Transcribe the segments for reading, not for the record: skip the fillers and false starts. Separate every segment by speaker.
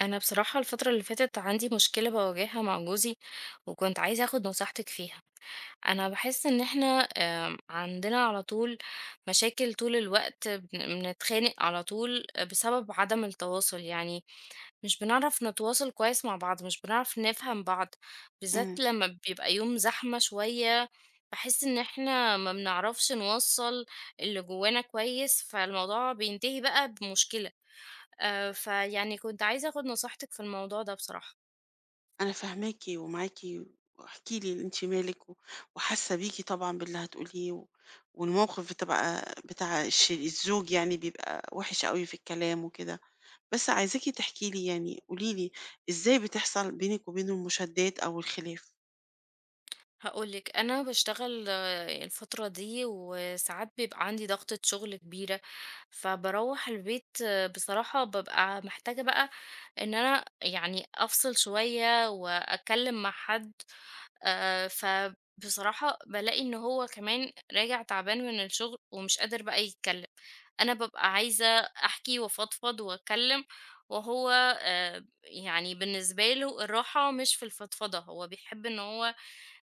Speaker 1: انا بصراحة الفترة اللي فاتت عندي مشكلة بواجهها مع جوزي، وكنت عايزة اخد نصيحتك فيها. انا بحس ان احنا عندنا على طول مشاكل طول الوقت، بنتخانق على طول بسبب عدم التواصل، يعني مش بنعرف نتواصل كويس مع بعض، مش بنعرف نفهم بعض، بالذات
Speaker 2: إمم،
Speaker 1: لما بيبقى يوم زحمة شوية. بحس ان احنا ما بنعرفش نوصل اللي جوانا كويس، فالموضوع بينتهي بقى بمشكلة. فيعني كنت عايزة آخد نصيحتِك في الموضوع ده بصراحة.
Speaker 2: أنا فاهماكِ ومعاكِ، واحكِ لي أنتِ مالِك وحاسة بيكِ طبعًا باللي هتقوليه، والموقف بتبقى بتاع الزوج يعني بيبقى وِحِش أوي في الكلام وكده، بس عايزاكِ تحكي لي يعني قولي لي إزاي بتحصل بينِك وبينه المشادات أو الخلاف؟
Speaker 1: هاقول لِك، أنا باشتغل الفترة دي وساعات بيبقى عندي ضغطة شغل كبيرة، فباروّح البيت آه، بصراحة بابقى محتاجة بقى إن أنا يعني أفصل شوية وأتكلّم مع حد. فبصراحة بالاقي إن هو كمان راجع تعبان من الشغل ومش قادر بقى يتكلّم. أنا بابقى عايزة أحكي وأفضفض وأتكلم، وهو يعني بالنسبة له الراحة مش في الفضفضة، هو بيحب إن هو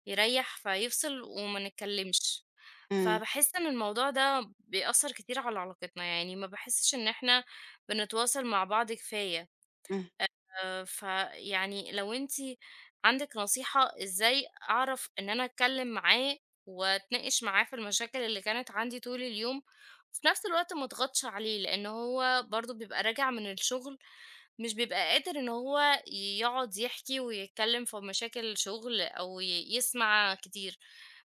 Speaker 1: يريّح فيفصل وما نتكلمش.
Speaker 2: إمم،
Speaker 1: فباحس إن الموضوع ده بيأثّر كتير على علاقتنا، يعني ما باحسش إن إحنا بنتواصل مع بعض كفاية.
Speaker 2: إمم،
Speaker 1: فيعني لو أنتِ عندِك نصيحة إزاي أعرف إن أنا أتكلم معاه وأتناقش معاه في المشاكل اللي كانت عندي طول اليوم، وفي نفس الوقت ما أضغطش عليه، لأن هو برضه بيبقى راجع من الشغل، مش بيبقى قادر إن هو يقعد يحكي ويتكلم في مشاكل الشغل أو يسمع كتير.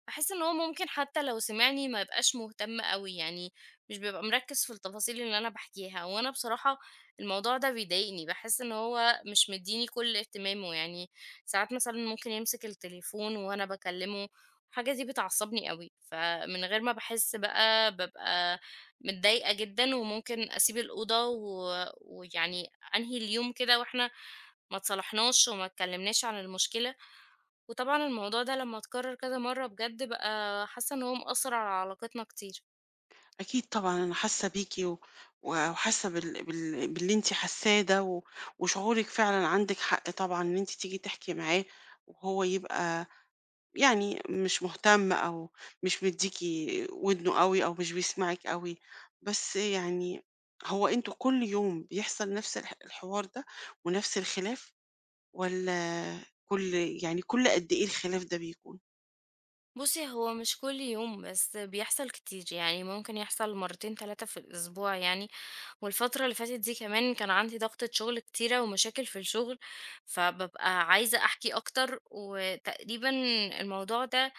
Speaker 1: باحس إن هو ممكن حتى لو سمعني ما يبقاش مهتم أوي، يعني مش بيبقى مركّز في التفاصيل اللي أنا باحكيها، وأنا بصراحة الموضوع ده بيضايقني، باحس إن هو مش مدّيني كل اهتمامه، يعني ساعات مثلًا ممكن يمسك التليفون وأنا باكلّمه، الحاجة دي بتعصّبني أوي، فمن غير ما باحس بقى بابقى متضايقة جدًا، وممكن أسيب الأوضة و ويعني أنهي اليوم كده وإحنا ما اتصالحناش وما اتكلّمناش عن المشكلة. وطبعًا الموضوع ده لمّا اتكرر كذا مرّة بجد بقى حاسة إن هو مأثّر على علاقتنا كتير.
Speaker 2: أكيد طبعًا أنا حاسة بيكِ وحاسة باللي أنتِ حاساه ده، وشعورِك فعلًا عندِك حق طبعًا إن أنتِ تيجي تحكي معاه، وهو يبقى يعني مش مهتم أو مش مديكي ودنه قوي أو مش بيسمعك قوي. بس يعني هو انتوا كل يوم بيحصل نفس الحوار ده ونفس الخلاف، ولا كل قد ايه الخلاف ده بيكون؟
Speaker 1: بُصّي، هو مش كل يوم، بس بيحصل كتير، يعني ممكن يحصل 2، 3 في الأسبوع يعني، والفترة اللي فاتت دي كمان كان عندي ضغطة شغل كتيرة ومشاكل في الشغل، فبابقى عايزة أحكي أكتر، وتقريبًا الموضوع ده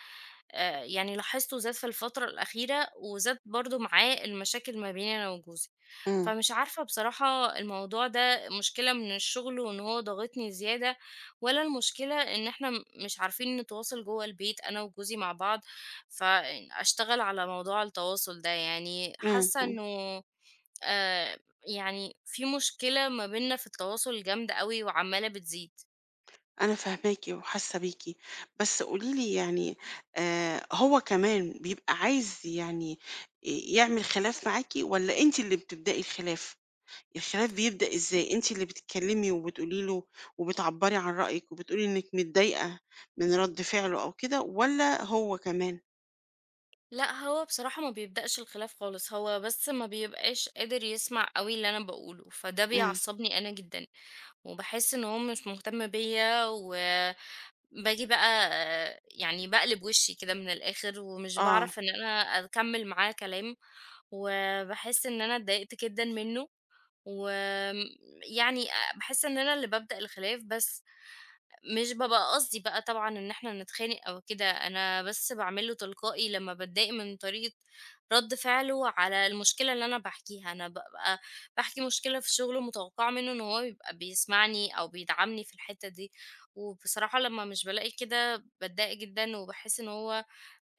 Speaker 1: يعني لاحظته زاد في الفترة الأخيرة، وزاد برضه معاه المشاكل ما بيني أنا وجوزي.
Speaker 2: امم
Speaker 1: فمش عارفة بصراحة الموضوع ده مشكلة من الشغل وإن هو ضاغطني زيادة، والّا المشكلة إن إحنا مش عارفين نتواصل جوّه البيت أنا وجوزي مع بعض، فأشتغل على موضوع التواصل ده. يعني حاسة
Speaker 2: امم
Speaker 1: إنه آآ يعني في مشكلة ما بيننا في التواصل جامدة أوي وعمّالة بتزيد.
Speaker 2: انا فاهماكي وحاسه بيكي، بس قوليلي يعني، هو كمان بيبقى عايز يعني يعمل خلاف معاكي ولا انت اللي بتبدأي الخلاف بيبدأ إزاي؟ أنتِ اللي بتتكلمي وبتقولي له وبتعبّري عن رأيِك وبتقولي إنِّك متضايقة من رَد فعله أو كده، والّا هو كمان؟
Speaker 1: لأ، هو بصراحة ما بيبدأش الخلاف خالص، هو بس ما بيبقاش قادر يسمع أوي اللي أنا باقوله، فده
Speaker 2: إمم.
Speaker 1: بيعصّبني أنا جدًا، وباحس إن هو مش مهتم بيّا، وباجي بقى آه، يعني باقلب وشّي كده من الآخر، ومش
Speaker 2: آه.
Speaker 1: باعرف إن أنا أكمّل معاه كلام، وباحس إن أنا اتضايقت جدًا منّه. وآمم يعني باحس إن أنا اللي بابدأ الخلاف، بس مش بابقى قصدي بقى طبعًا إن إحنا نتخانق أو كده، أنا بس باعمله تلقائي لمّا باتضايق من طريقة رَد فعله على المشكلة اللي أنا باحكيها، أنا بابقى باحكي مشكلة في شغله متوقعة منه إن هو يبقى بيسمعني أو بيدعمني في الحتة دي، وبصراحة لمّا مش بالاقي كده باتضايق جدًا، وباحس إن هو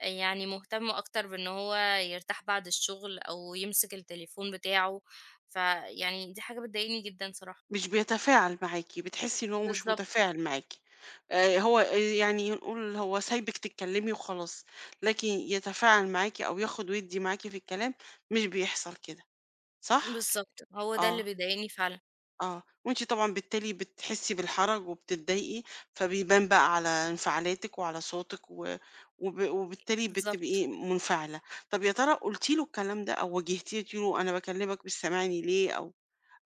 Speaker 1: يعني مهتم أكتر بإن هو يرتاح بعد الشغل أو يمسك التليفون بتاعه، فيعني دي حاجة بتضايقني جدًا صراحة.
Speaker 2: مش بيتفاعل معاكِ، بتحسّي إن هو مش
Speaker 1: بالضبط،
Speaker 2: متفاعل معاكِ. هو يعني نقول هو سايبِك تتكلمي وخلاص، لكن يتفاعل معاكِ أو ياخُد ويدّي معاكِ في الكلام مش بيحصل كده، صح؟
Speaker 1: بالضبط، هو ده اللي
Speaker 2: آه.
Speaker 1: بيضايقني فعلًا.
Speaker 2: آه، وأنتِ طبعًا بالتالي بتحسّي بالحرج وبتتضايقي، فبيبان بقى على انفعالاتِك وعلى صوتِك و وب وبالتالي
Speaker 1: بالضبط.
Speaker 2: بتبقي منفعلة. طَب يا ترى قُلتِ له الكلام ده أو واجهتيه قُلتِ له أنا باكلمك مش سامعني ليه، أو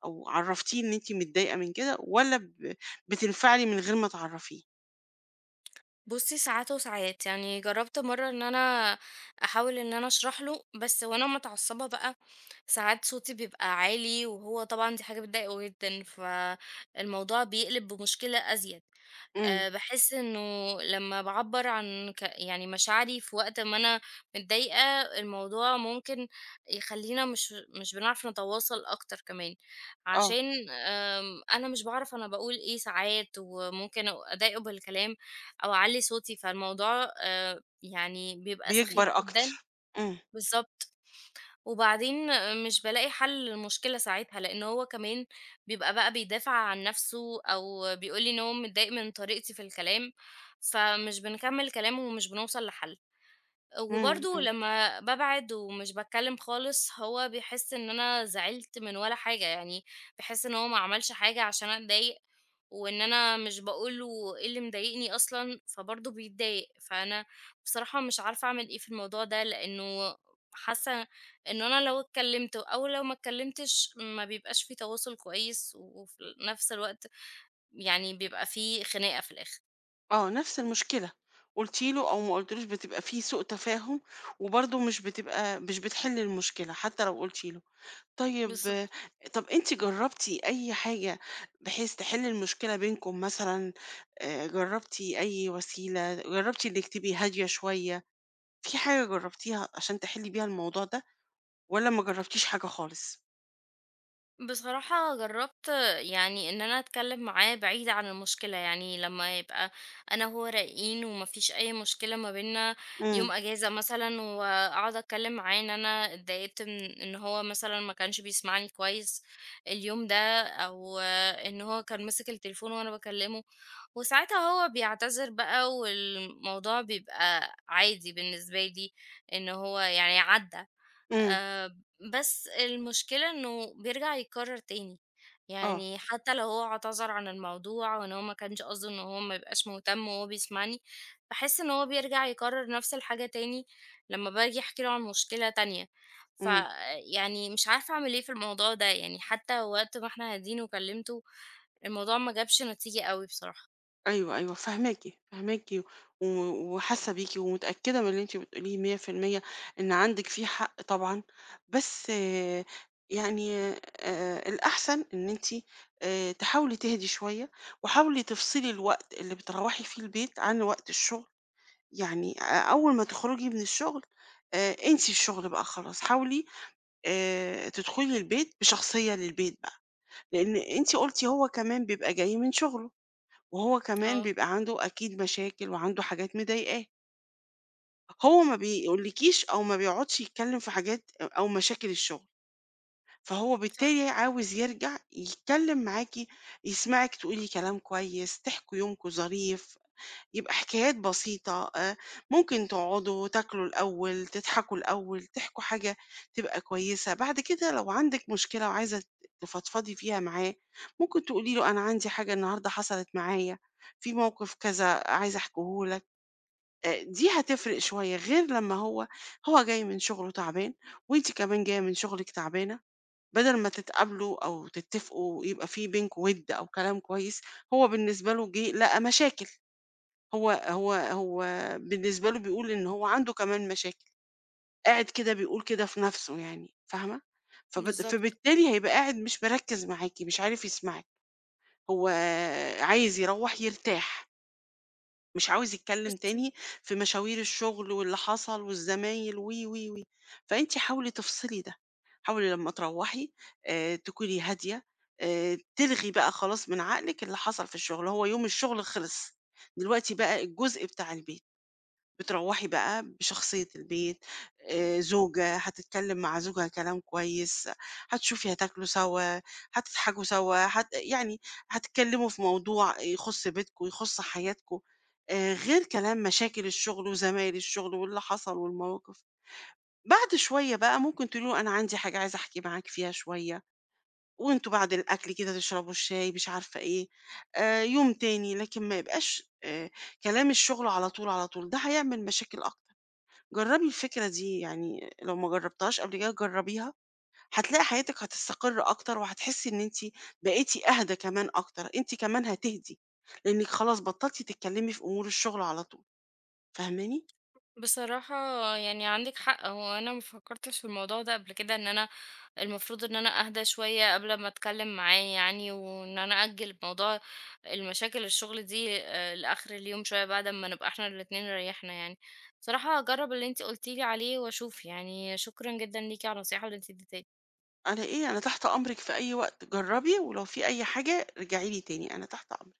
Speaker 2: أو عرّفتيه إن أنتِ متضايقة من كده، والّا بتنفعلي من غير ما تعرّفيه؟
Speaker 1: بُصّي ساعات وساعات، يعني جرّبت مرّة إن أنا أحاول إن أنا أشرح له، بس وأنا متعصبة بقى ساعات صوتي بيبقى عالي، وهو طبعًا دي حاجة بتضايقه جدًا، فالموضوع بيقلب بمشكلة أزيد.
Speaker 2: إمم،
Speaker 1: باحس إنه لمّا باعبّر عن يعني مشاعري في وقت ما أنا متضايقة، الموضوع ممكن يخلّينا مش بنعرف نتواصل أكتر كمان،
Speaker 2: آه،
Speaker 1: عشان أنا مش باعرف أنا باقول إيه ساعات، وممكن أضايقه بالكلام، أو أعلّي صوتي، فالموضوع يعني بيبقى سخيف
Speaker 2: بيكبر
Speaker 1: جدًا.
Speaker 2: أكتر. إمم،
Speaker 1: بالضبط. وبعدين آه، مش بالاقي حل للمشكلة ساعتها، لإن هو كمان بيبقى بقى بيدافع عن نَفْسه أو بيقول لي إن هو متضايق من طريقتي في الكلام، فمش بنكمّل كلام ومش بنوصل لحل.
Speaker 2: إمم،
Speaker 1: وبرضه
Speaker 2: إمم،
Speaker 1: لمّا بابعد ومش باتكلّم خالص، هو بيحس إن أنا زعلت من ولا حاجة، يعني بيحس إن هو ما عملش حاجة عشان أتضايق، وإن أنا مش باقول له إيه اللي مضايقني أصلًا، فبرضه بيتضايق. فأنا بصراحة مش عارفة أعمل إيه في الموضوع ده، لإنه حاسة إنه أنا لو اتكلّمت أو لو ما اتكلّمتش ما بيبقاش في تواصل كويس، وفي نفس الوقت يعني بيبقى في خناقة في الآخر.
Speaker 2: آه، نفس المشكلة. قُلتِ له أو ما قُلتيلوش بتبقى في سوء تفاهم، وبرضه مش بتحل المشكلة حتى لو قُلتِ له. طيب،
Speaker 1: بالضبط.
Speaker 2: طَب أنتِ جرّبتِ أي حاجة بحيث تحِل المشكلة بينكم مثلًا، جرّبتِ أي وسيلة، جرّبتِ إنِّك تبقي هادية شوية، في حاجة جرّبتيها عشان تحِلّي بيها الموضوع ده، والّا ما جرّبتيش حاجة خالص؟
Speaker 1: بصراحة جرّبت يعني إن أنا أتكلّم معاه بعيد عن المشكلة، يعني لمّا يبقى أنا وهو رايقين وما فيش أي مشكلة ما بيننا،
Speaker 2: إمم،
Speaker 1: يوم أجازة مثلًا وأقعد أتكلّم معاه إن أنا اتضايقت من إن هو مثلًا ما كانش بيسمعني كويس اليوم ده، أو إن هو كان ماسك التليفون وأنا باكلّمه، وساعتها هو بيعتذر بقى والموضوع بيبقى عادي بالنسبة لي إن هو يعني عدّى.
Speaker 2: إمم،
Speaker 1: آآ بس المشكلة إنه بيرجع يتكرر تاني،
Speaker 2: آه،
Speaker 1: يعني حتى لو هو اعتذر عن الموضوع وإن هو ما كانش قصده إن هو ما يبقاش مهتم وهو بيسمعني، باحس إن هو بيرجع يكرر نفس الحاجة تاني لمّا باجي أحكي له عن مشكلة تانية،
Speaker 2: إمم.
Speaker 1: فيعني مش عارفة أعمل إيه في الموضوع ده، يعني حتى وقت ما إحنا قاعدين وكلمته الموضوع ما جابش نتيجة أوي بصراحة.
Speaker 2: أيوه، أيوه، فاهماكِ، فاهماكِ و وحاسة بيكِ، ومتأكدة من اللي أنتِ بتقوليه 100% إن عندِك فيه حق طبعًا، بس يعني الأحسن إن أنتِ تحاولي تهدي شوية، وحاولي تفصلي الوقت اللي بتروّحي فيه البيت عن وقت الشغل، يعني أول ما تخرجي من الشغل انسي الشغل بقى خلاص، حاولي تدخلي البيت بشخصية للبيت بقى، لإن أنتِ قُلتِ هو كمان بيبقى جاي من شغله. وهو كمان
Speaker 1: آه،
Speaker 2: بيبقى عنده أكيد مشاكل وعنده حاجات مضايقاه، هو ما بيقولكيش أو ما بيقعدش يتكلّم في حاجات أو مشاكل الشغل، فهو
Speaker 1: صح،
Speaker 2: بالتالي عاوز يرجع يتكلّم معاكِ، يسمعِك تقولي كلام كويس، تحكوا يومكم ظريف، يبقى حكايات بسيطة، ممكن تقعدوا تاكلوا الأول، تضحكوا الأول، تحكوا حاجة تبقى كويسة، بعد كده لو عندِك مشكلة وعايزة تفضفضي فيها معاه، ممكن تقولي له أنا عندي حاجة النهارده حصلت معايا، في موقف كذا عايزة أحكيه لك، دي هتفرق شوية، غير لما هو جاي من شغله تعبان وأنتِ كمان جاية من شغلِك تعبانة، بدل ما تتقابلوا أو تتفقوا يبقى في بينكم وِد أو كلام كويس، هو بالنسبة له جه لقى مشاكل. هو بالنسبة له بيقول إن هو عنده كمان مشاكل، قاعد كده بيقول كده في نَفْسه، يعني فاهمة؟ فبت
Speaker 1: بالضبط.
Speaker 2: فبالتالي هيبقى قاعد مش مركّز معاكِ، مش عارف يسمعِك، هو عايز يروّح يرتاح، مش عاوز يتكلّم
Speaker 1: بُصّي
Speaker 2: تاني في مشاوير الشغل واللي حصل والزمايل و، و، و. فأنتِ حاولي تفصلي ده، حاولي لمّا تروّحي تكوني هادية، تلغي بقى خلاص من عقلِك اللي حصل في الشغل، هو يوم الشغل خلص، دلوقتي بقى الجزء بتاع البيت. بتروّحي بقى بشخصية البيت، زوجة، هتتكلم مع زوجها كلام كويس، هتشوفي هتاكلوا سوا، هتضحكوا سوا، هت يعني هتتكلموا في موضوع يخُص بيتكم، يخُص حياتكم، غير كلام مشاكل الشغل وزمايل الشغل واللي حصل والمواقف. بعد شوية بقى ممكن تقولي له أنا عندي حاجة عايزة أحكي معاك فيها شوية، وأنتم بعد الأكل كده تشربوا الشاي مش عارفة إيه، يوم تاني، لكن ما يبقاش كلام الشغل على طول، على طول، ده هيعمل مشاكل أكتر. جرّبي الفكرة دي، يعني لو ما جرّبتهاش قبل كده جرّبيها، هتلاقي حياتِك هتستقر أكتر وهتحسّي إن أنتِ بقيتِ أهدى كمان أكتر، أنتِ كمان هتهدي، لإنِّك خلاص بطّلتِ تتكلّمي في أمور الشغل على طول، فاهماني؟
Speaker 1: بصراحة يعني عندِك حق، هو أنا ما فكرتش في الموضوع ده قبل كده إن أنا المفروض إن أنا أهدى شوية قبل ما أتكلم معاه يعني، وإن أنا أأجل موضوع المشاكل الشغل دي لآخر اليوم شوية بعد أمّا نبقى إحنا الاتنين ريّحنا يعني. بصراحة هاجرّب اللي أنتِ قُلتِ لي عليه وأشوف يعني، شكرًا جدًا ليكِ على النصيحة اللي أنتِ اديتها لي.
Speaker 2: أنا تحت أمرِك في أي وقت، جرّبي ولو في أي حاجة رجعي لي تاني، أنا تحت أمرِك.